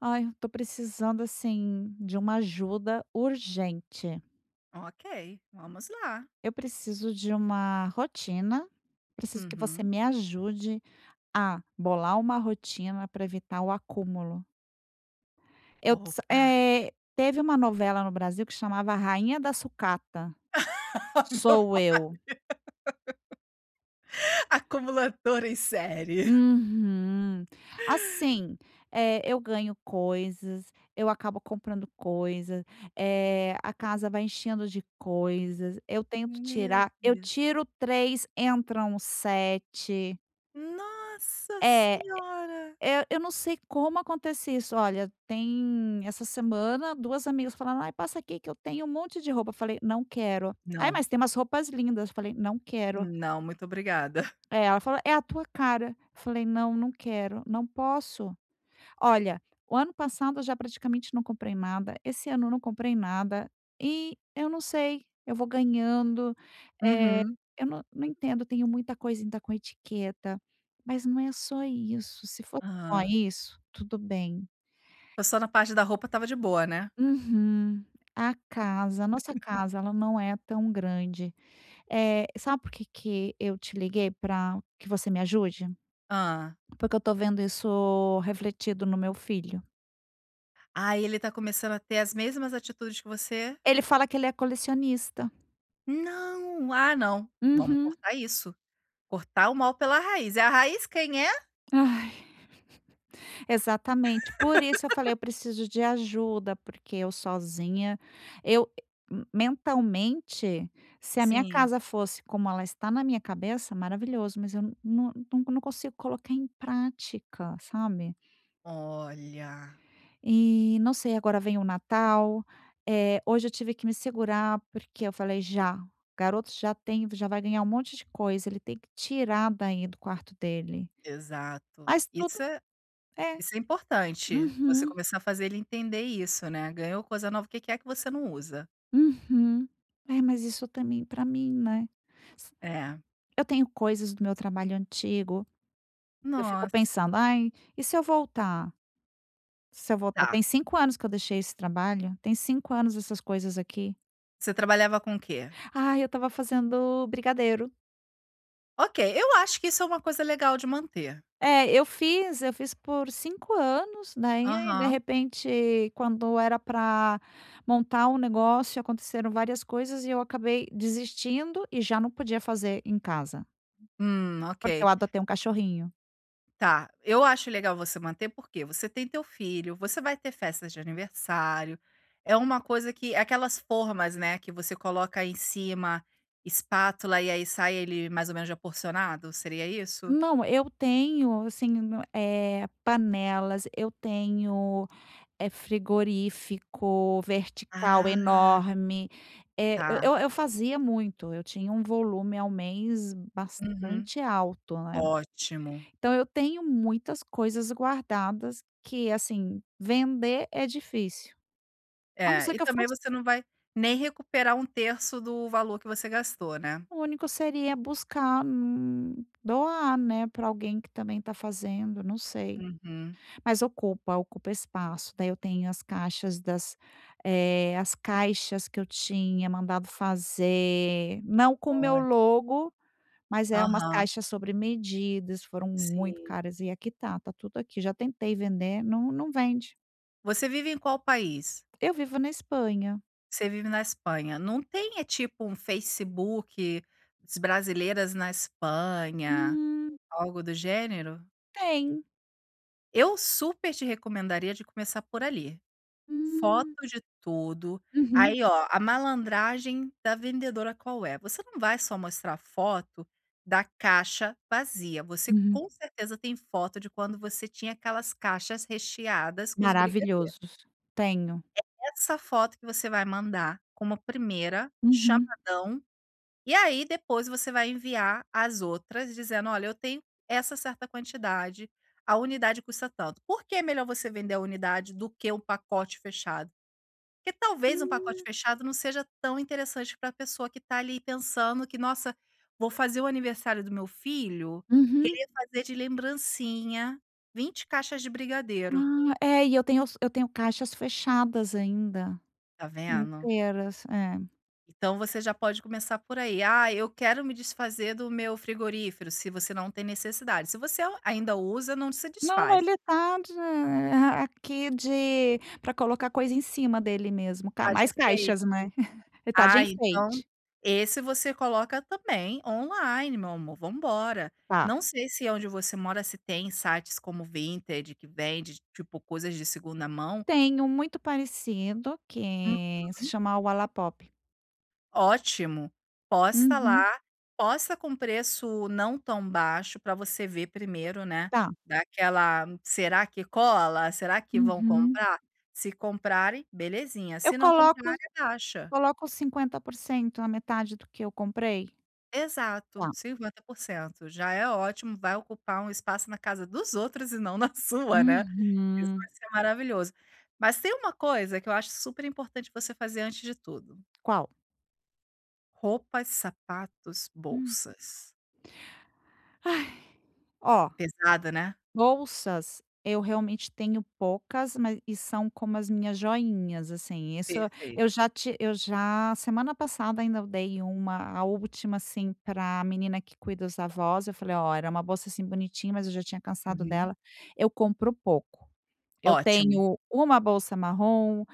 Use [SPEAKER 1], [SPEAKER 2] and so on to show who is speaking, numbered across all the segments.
[SPEAKER 1] Ai, eu tô precisando assim de uma ajuda urgente.
[SPEAKER 2] Ok, vamos lá.
[SPEAKER 1] Eu preciso de uma rotina. Preciso que você
[SPEAKER 2] Uhum.
[SPEAKER 1] me ajude a bolar uma rotina para evitar o acúmulo.
[SPEAKER 2] Opa!
[SPEAKER 1] Teve uma novela no Brasil que chamava Rainha da Sucata.
[SPEAKER 2] Meu
[SPEAKER 1] Sou eu.
[SPEAKER 2] Acumulador em série.
[SPEAKER 1] Uhum. Assim, eu ganho coisas, eu acabo comprando coisas, a casa vai enchendo de coisas, eu tento
[SPEAKER 2] Meu
[SPEAKER 1] tirar eu
[SPEAKER 2] Deus.
[SPEAKER 1] tiro três, entram sete.
[SPEAKER 2] Nossa
[SPEAKER 1] É,
[SPEAKER 2] senhora!
[SPEAKER 1] eu não sei como acontece isso. Olha, tem essa semana duas amigas falando: "Ai, passa aqui que eu tenho um monte de roupa". Eu falei: "Não quero". "Ai,
[SPEAKER 2] Não,
[SPEAKER 1] mas tem umas roupas lindas". Eu falei: "Não quero".
[SPEAKER 2] não, muito obrigada.
[SPEAKER 1] É, ela falou: "É a tua cara". Eu falei: "Não, não quero, não posso". Olha, o ano passado eu já praticamente não comprei nada, esse ano eu não comprei nada e eu não sei, eu vou ganhando, eh,
[SPEAKER 2] Uhum.
[SPEAKER 1] eu não entendo, tenho muita coisa ainda com etiqueta, mas não é só isso, se fosse só
[SPEAKER 2] Hã.
[SPEAKER 1] isso, tudo bem.
[SPEAKER 2] Foi só na parte da roupa, estava de boa, né?
[SPEAKER 1] Uhum. A casa, a nossa casa, ela não é tão grande. Sabe por que que eu te liguei para que você me ajude?
[SPEAKER 2] Ah,
[SPEAKER 1] Porque eu tô vendo isso refletido no meu filho.
[SPEAKER 2] ah, ele tá começando a ter as mesmas atitudes que você?
[SPEAKER 1] Ele fala que ele é colecionista.
[SPEAKER 2] Não, ah, não. Vamos
[SPEAKER 1] Uhum.
[SPEAKER 2] cortar isso. Cortar o mal pela raiz. É a raiz quem é?
[SPEAKER 1] Ai, exatamente. Por isso eu falei: "Eu preciso de ajuda", porque eu sozinha eu mentalmente, se a minha
[SPEAKER 2] Sim.
[SPEAKER 1] casa fosse como ela está na minha cabeça, maravilhoso, mas eu não consigo colocar em prática, sabe.
[SPEAKER 2] Olha,
[SPEAKER 1] E não sei, agora vem o Natal, hoje eu tive que me segurar, porque eu falei: "Já, garoto já vai ganhar um monte de coisa, ele tem que tirar daí do quarto dele".
[SPEAKER 2] exato.
[SPEAKER 1] Mas
[SPEAKER 2] Isso
[SPEAKER 1] tudo
[SPEAKER 2] é
[SPEAKER 1] é.
[SPEAKER 2] Isso é importante, você
[SPEAKER 1] Uhum.
[SPEAKER 2] começar a fazer ele entender isso, né. Ganhou coisa nova, o que que é que você não usa?
[SPEAKER 1] Uhum. É, mas isso também para mim, né. S
[SPEAKER 2] É.
[SPEAKER 1] Eu tenho coisas do meu trabalho antigo que eu fico
[SPEAKER 2] Nossa,
[SPEAKER 1] pensando: "Ai, e se eu voltar? Se eu voltar",
[SPEAKER 2] tá.
[SPEAKER 1] tem 5 anos que eu deixei esse trabalho, tem 5 anos essas coisas aqui.
[SPEAKER 2] Você trabalhava com o quê?
[SPEAKER 1] "Ai, eu estava fazendo brigadeiro".
[SPEAKER 2] Ok, eu acho que isso é uma coisa legal de manter.
[SPEAKER 1] É, eu fiz por 5 anos, daí, de
[SPEAKER 2] Aham.
[SPEAKER 1] repente, quando era para montar um negócio, aconteceram várias coisas e eu acabei desistindo e já não podia fazer em casa,
[SPEAKER 2] Ok.
[SPEAKER 1] porque eu adotei um cachorrinho.
[SPEAKER 2] Tá, eu acho legal você manter, porque você tem teu filho, você vai ter festas de aniversário, é uma coisa que é aquelas formas, né, que você coloca em cima, espátula, e aí sai ele mais ou menos já porcionado, seria isso?
[SPEAKER 1] Não, eu tenho, assim, no eh, panelas, eu tenho, é frigorífico vertical
[SPEAKER 2] Ah,
[SPEAKER 1] enorme. É, eu
[SPEAKER 2] tá.
[SPEAKER 1] eu eu fazia muito, eu tinha um volume ao mês
[SPEAKER 2] Uhum.
[SPEAKER 1] bastante alto, né.
[SPEAKER 2] Ótimo.
[SPEAKER 1] Então eu tenho muitas coisas guardadas que, assim, vender é difícil. A não
[SPEAKER 2] É,
[SPEAKER 1] ser
[SPEAKER 2] e
[SPEAKER 1] que eu
[SPEAKER 2] também
[SPEAKER 1] fosse,
[SPEAKER 2] você não vai nem recuperar um terço do valor que você gastou, né.
[SPEAKER 1] o único seria buscar, doar, né. Para alguém que também está fazendo, não sei.
[SPEAKER 2] Uhum.
[SPEAKER 1] Mas ocupa, ocupa espaço. Daí eu tenho as as caixas que eu tinha mandado fazer, não com o meu
[SPEAKER 2] Olha.
[SPEAKER 1] logo, mas é umas
[SPEAKER 2] Aham.
[SPEAKER 1] caixas sobre medidas, foram muito
[SPEAKER 2] Sim.
[SPEAKER 1] caras e aqui tá, tá tudo aqui. Já tentei vender, não vende.
[SPEAKER 2] Você vive em qual país?
[SPEAKER 1] Eu vivo na Espanha.
[SPEAKER 2] Você vive na Espanha. Não tem, é tipo, um Facebook s brasileiras na Espanha,
[SPEAKER 1] Hum.
[SPEAKER 2] algo do gênero?
[SPEAKER 1] Tem.
[SPEAKER 2] Eu super te recomendaria de começar por ali. Foto
[SPEAKER 1] Hum.
[SPEAKER 2] de tudo.
[SPEAKER 1] Uhum,
[SPEAKER 2] Aí, ó, a malandragem da vendedora qual é? Você não vai só mostrar foto da caixa vazia, você
[SPEAKER 1] uhum.
[SPEAKER 2] com certeza tem foto de quando você tinha aquelas caixas recheadas com os brigadeiros.
[SPEAKER 1] Maravilhosos. Tenho.
[SPEAKER 2] Essa foto que você vai mandar como primeira,
[SPEAKER 1] Uhum.
[SPEAKER 2] chamadão, e aí depois você vai enviar as outras dizendo: "Olha, eu tenho essa certa quantidade, a unidade custa tanto". Por que é melhor você vender a unidade do que um pacote fechado? Porque talvez um pacote
[SPEAKER 1] Hum.
[SPEAKER 2] fechado não seja tão interessante para a pessoa que está ali pensando que: "Nossa, vou fazer o aniversário do meu filho,
[SPEAKER 1] Uhum.
[SPEAKER 2] queria fazer de lembrancinha 20 caixas de brigadeiro",
[SPEAKER 1] Ah, é, e eu tenho caixas fechadas ainda.
[SPEAKER 2] tá vendo?
[SPEAKER 1] Inteiras, é.
[SPEAKER 2] Então você já pode começar por aí. "Ah, eu quero me desfazer do meu frigorífero", se você não tem necessidade. Se você ainda usa, não se
[SPEAKER 1] Não,
[SPEAKER 2] desfaz.
[SPEAKER 1] ele tá de aqui de para colocar coisa em cima dele mesmo, ca
[SPEAKER 2] Tá,
[SPEAKER 1] mais
[SPEAKER 2] gente,
[SPEAKER 1] caixas, né. Ele tá de
[SPEAKER 2] ah, então
[SPEAKER 1] enfeite.
[SPEAKER 2] esse você coloca também online, meu amor, vambora.
[SPEAKER 1] Tá.
[SPEAKER 2] Não sei se onde você mora se tem sites como Vinted que vende, tipo, coisas de segunda mão.
[SPEAKER 1] Tem um muito parecido
[SPEAKER 2] Hum,
[SPEAKER 1] que se chama o Wallapop.
[SPEAKER 2] ótimo, posta
[SPEAKER 1] Uhum.
[SPEAKER 2] lá, posta com preço não tão baixo para você ver primeiro, né,
[SPEAKER 1] Tá.
[SPEAKER 2] daquela aquela: "Será que cola? Será que vão
[SPEAKER 1] Uhum.
[SPEAKER 2] comprar?". Se comprarem, belezinha,
[SPEAKER 1] Eu
[SPEAKER 2] se não comprarem,
[SPEAKER 1] coloco
[SPEAKER 2] abaixa.
[SPEAKER 1] coloco 50%, a metade do que eu comprei.
[SPEAKER 2] Exato,
[SPEAKER 1] Tá.
[SPEAKER 2] 50%. Já é ótimo, vai ocupar um espaço na casa dos outros e não na sua, né. Isso vai
[SPEAKER 1] Uhum.
[SPEAKER 2] ser maravilhoso. Mas tem uma coisa que eu acho super importante você fazer antes de tudo:
[SPEAKER 1] Qual?
[SPEAKER 2] roupas, sapatos,
[SPEAKER 1] Hum.
[SPEAKER 2] bolsas.
[SPEAKER 1] Ó.
[SPEAKER 2] Pesada, né?
[SPEAKER 1] Bolsas, eu realmente tenho poucas, mas e são como as minhas joinhas, assim, isso
[SPEAKER 2] Perfeito.
[SPEAKER 1] eu já semana passada ainda eu dei uma, a última, assim, para a menina que cuida dos avós, eu falei: "Ó, era uma bolsa, assim, bonitinha, mas eu já tinha cansado
[SPEAKER 2] Uhum.
[SPEAKER 1] dela". Eu compro pouco. Eu
[SPEAKER 2] Ótimo.
[SPEAKER 1] tenho uma bolsa marrom,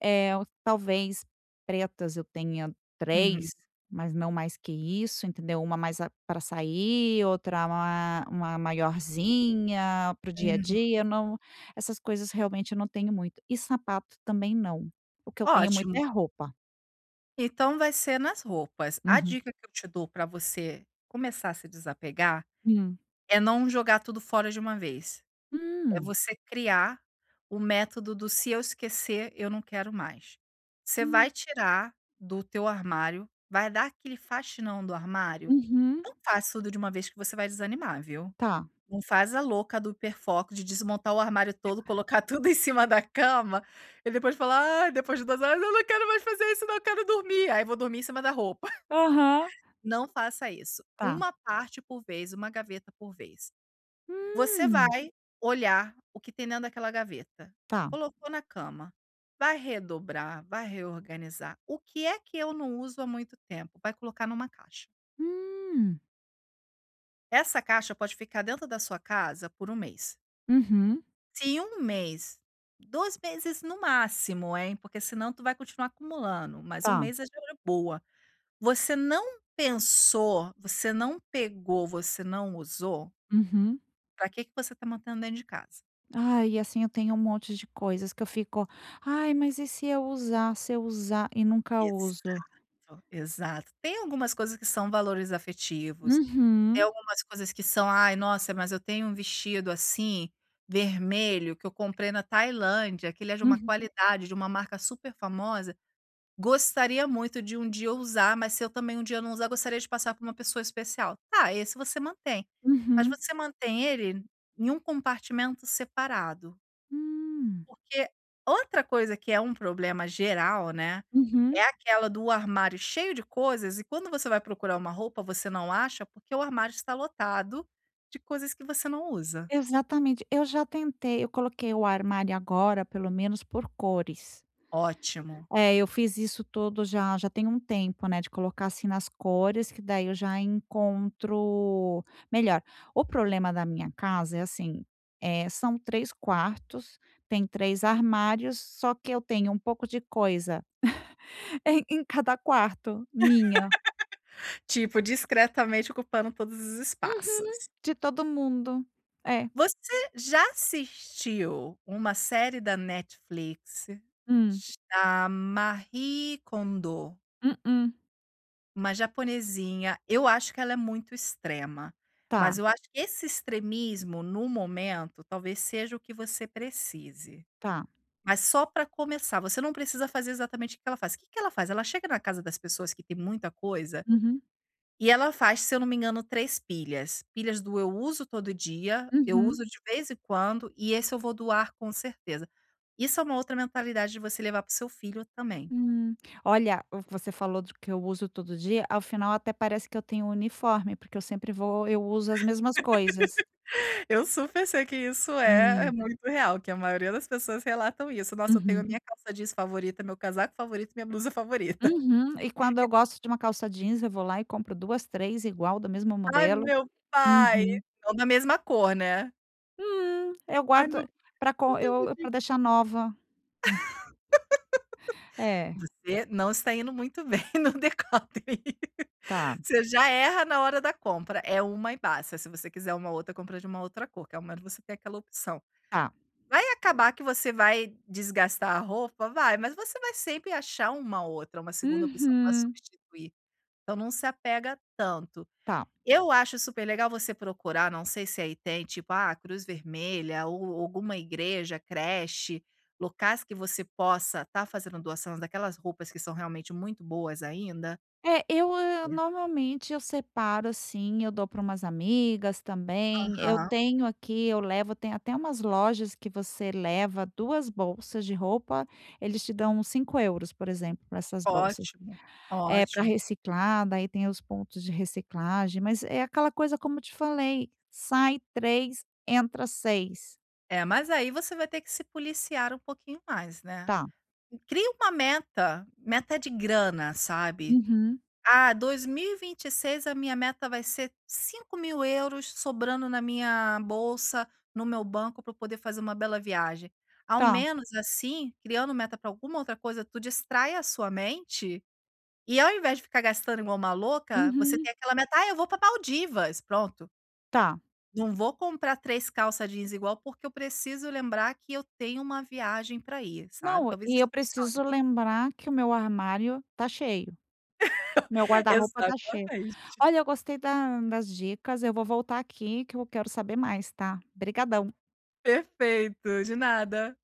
[SPEAKER 1] é, talvez pretas eu tenha
[SPEAKER 2] Uhum,
[SPEAKER 1] três, mas não mais que isso, entendeu. Uma mais para sair, outra uma maiorzinha para o dia a
[SPEAKER 2] uhum.
[SPEAKER 1] dia, eu não, essas coisas realmente eu não tenho muito. E sapato também não. O que eu tenho muito é
[SPEAKER 2] Ótimo.
[SPEAKER 1] roupa.
[SPEAKER 2] Então vai ser nas roupas. A
[SPEAKER 1] Uhum.
[SPEAKER 2] dica que eu te dou para você começar a se desapegar
[SPEAKER 1] Hum.
[SPEAKER 2] é não jogar tudo fora de uma vez. É
[SPEAKER 1] Hum.
[SPEAKER 2] você criar o método do "se eu esquecer, eu não quero mais". Você vai
[SPEAKER 1] Hum.
[SPEAKER 2] tirar do teu armário, vai dar aquele faxinão do armário.
[SPEAKER 1] Uhum.
[SPEAKER 2] Não faz tudo de uma vez que você vai desanimar, viu.
[SPEAKER 1] Tá.
[SPEAKER 2] Não faz a louca do hiperfoco de desmontar o armário todo, colocar tudo em cima da cama e depois falar: "Ai, depois de 2 horas eu não quero mais fazer isso não, eu quero dormir". Aí vou dormir em cima da roupa.
[SPEAKER 1] Aham.
[SPEAKER 2] Não faça isso.
[SPEAKER 1] Tá.
[SPEAKER 2] Uma parte por vez, uma gaveta por vez. Você
[SPEAKER 1] Hum.
[SPEAKER 2] vai olhar o que tem dentro daquela gaveta,
[SPEAKER 1] Tá.
[SPEAKER 2] colocou na cama, vai redobrar, vai reorganizar. O que é que eu não uso há muito tempo? Vai colocar numa caixa.
[SPEAKER 1] Hum.
[SPEAKER 2] Essa caixa pode ficar dentro da sua casa por um mês.
[SPEAKER 1] Uhum.
[SPEAKER 2] Se em 1 mês, 2 meses no máximo, hein, porque senão tu vai continuar acumulando, mas um
[SPEAKER 1] Tá.
[SPEAKER 2] mês é já de boa. Você não pensou, você não pegou, você não usou,
[SPEAKER 1] Uhum.
[SPEAKER 2] para que que você está mantendo dentro de casa?
[SPEAKER 1] Ai, e assim eu tenho um monte de coisas que eu fico: "Ai, mas e se eu usar, se eu usar", e nunca
[SPEAKER 2] Isso.
[SPEAKER 1] uso.
[SPEAKER 2] Exato. Tem algumas coisas que são valores afetivos, tem
[SPEAKER 1] Uhum,
[SPEAKER 2] algumas coisas que são: "Ai, nossa, mas eu tenho um vestido assim, vermelho, que eu comprei na Tailândia, que ele é de uma
[SPEAKER 1] uhum,
[SPEAKER 2] qualidade, de uma marca super famosa. Gostaria muito de um dia usar, mas se eu também um dia não usar, gostaria de passar para uma pessoa especial". Tá, esse você mantém, mas
[SPEAKER 1] uhum.
[SPEAKER 2] você mantém ele em um compartimento separado.
[SPEAKER 1] Hum,
[SPEAKER 2] Porque outra coisa que é um problema geral, né, é
[SPEAKER 1] uhum.
[SPEAKER 2] aquela do armário cheio de coisas e quando você vai procurar uma roupa, você não acha, porque o armário está lotado de coisas que você não usa.
[SPEAKER 1] Exatamente. Eu já tentei, eu coloquei o armário agora, pelo menos por cores.
[SPEAKER 2] Ótimo.
[SPEAKER 1] É, eu fiz isso todo já tem um tempo, né, de colocar, assim, nas cores, que daí eu já encontro melhor. O problema da minha casa é assim, são 3 quartos, tem 3 armários, só que eu tenho um pouco de coisa em cada quarto, minha,
[SPEAKER 2] Tipo, discretamente ocupando todos os espaços.
[SPEAKER 1] Uhum, de todo mundo. É.
[SPEAKER 2] Você já assistiu uma série da Netflix
[SPEAKER 1] Hum.
[SPEAKER 2] da Marie Kondo?
[SPEAKER 1] Mm.
[SPEAKER 2] Uma japonesinha, eu acho que ela é muito extrema,
[SPEAKER 1] Tá,
[SPEAKER 2] mas eu acho que esse extremismo no momento talvez seja o que você precise.
[SPEAKER 1] tá.
[SPEAKER 2] Mas só para começar, você não precisa fazer exatamente o que ela faz. O que que ela faz? Ela chega na casa das pessoas que tem muita coisa
[SPEAKER 1] Uhum,
[SPEAKER 2] e ela faz, se eu não me engano, 3 pilhas. Pilhas do eu uso todo dia, eu
[SPEAKER 1] uhum.
[SPEAKER 2] uso de vez em quando e esse eu vou doar com certeza. Isso é uma outra mentalidade de você levar para o seu filho também.
[SPEAKER 1] Hum. Olha, o que você falou do que eu uso todo dia, ao final até parece que eu tenho um uniforme, porque eu sempre vou eu uso as mesmas coisas.
[SPEAKER 2] Eu super sei que isso é
[SPEAKER 1] Hum.
[SPEAKER 2] muito real, que a maioria das pessoas relatam isso. "Nossa, eu tenho a
[SPEAKER 1] Uhum.
[SPEAKER 2] minha calça jeans favorita, meu casaco favorito, minha blusa favorita".
[SPEAKER 1] Uhum. E quando eu gosto de uma calça jeans, eu vou lá e compro 2, 3, igual, do mesmo
[SPEAKER 2] "Ai,
[SPEAKER 1] modelo.
[SPEAKER 2] meu pai"
[SPEAKER 1] Uhum.
[SPEAKER 2] não da mesma cor, né.
[SPEAKER 1] Eu
[SPEAKER 2] "Ai,
[SPEAKER 1] guardo
[SPEAKER 2] meu"
[SPEAKER 1] para eu
[SPEAKER 2] Deus.
[SPEAKER 1] para deixar nova. É,
[SPEAKER 2] Você não está indo muito bem no decote.
[SPEAKER 1] tá,
[SPEAKER 2] Você já erra na hora da compra, é uma e basta. Se você quiser uma outra, compra de uma outra cor, que ao menos você tem aquela opção.
[SPEAKER 1] tá.
[SPEAKER 2] Vai acabar que você vai desgastar a roupa? Vai, mas você vai sempre achar uma outra, uma segunda opção para
[SPEAKER 1] Uhum.
[SPEAKER 2] substituir. Então não se apega tanto.
[SPEAKER 1] Tá.
[SPEAKER 2] Eu acho super legal você procurar, não sei se aí tem, tipo, ah, Cruz Vermelha ou alguma igreja, creche, locais que você possa estar fazendo doação daquelas roupas que são realmente muito boas ainda.
[SPEAKER 1] É, eu, hã,
[SPEAKER 2] É.
[SPEAKER 1] normalmente eu separo, assim, eu dou para umas amigas também. Eu
[SPEAKER 2] Aham,
[SPEAKER 1] tenho aqui, eu levo, tem até umas lojas que você leva 2 bolsas de roupa, eles te dão uns 5 euros, por exemplo, para essas bolsas.
[SPEAKER 2] ótimo,
[SPEAKER 1] É, para
[SPEAKER 2] ótimo.
[SPEAKER 1] reciclar, daí tem os pontos de reciclagem, mas é aquela coisa como eu te falei, sai 3, entra seis.
[SPEAKER 2] É, mas aí você vai ter que se policiar um pouquinho mais, né.
[SPEAKER 1] Tá.
[SPEAKER 2] Cria uma meta, meta de grana, sabe.
[SPEAKER 1] Uhum.
[SPEAKER 2] Ah, dois mil e vinte e seis a minha meta vai ser 5.000 € sobrando na minha bolsa, no meu banco, para eu poder fazer uma bela viagem. Ao
[SPEAKER 1] Tá.
[SPEAKER 2] menos assim, criando meta para alguma outra coisa, tu distrai a sua mente, e ao invés de ficar gastando igual uma louca, você
[SPEAKER 1] Uhum.
[SPEAKER 2] tem aquela meta: "Ah, eu vou para Maldivas", pronto.
[SPEAKER 1] Tá.
[SPEAKER 2] Não vou comprar 3 calça jeans igual, porque eu preciso lembrar que eu tenho uma viagem para ir, sabe.
[SPEAKER 1] Não,
[SPEAKER 2] Talvez
[SPEAKER 1] e eu
[SPEAKER 2] isso funcione.
[SPEAKER 1] preciso lembrar que o meu armário tá cheio. Meu guarda-roupa tá cheio.
[SPEAKER 2] Exatamente.
[SPEAKER 1] Olha, eu gostei da das dicas, eu vou voltar aqui que eu quero saber mais, tá. Brigadão.
[SPEAKER 2] Perfeito, de nada.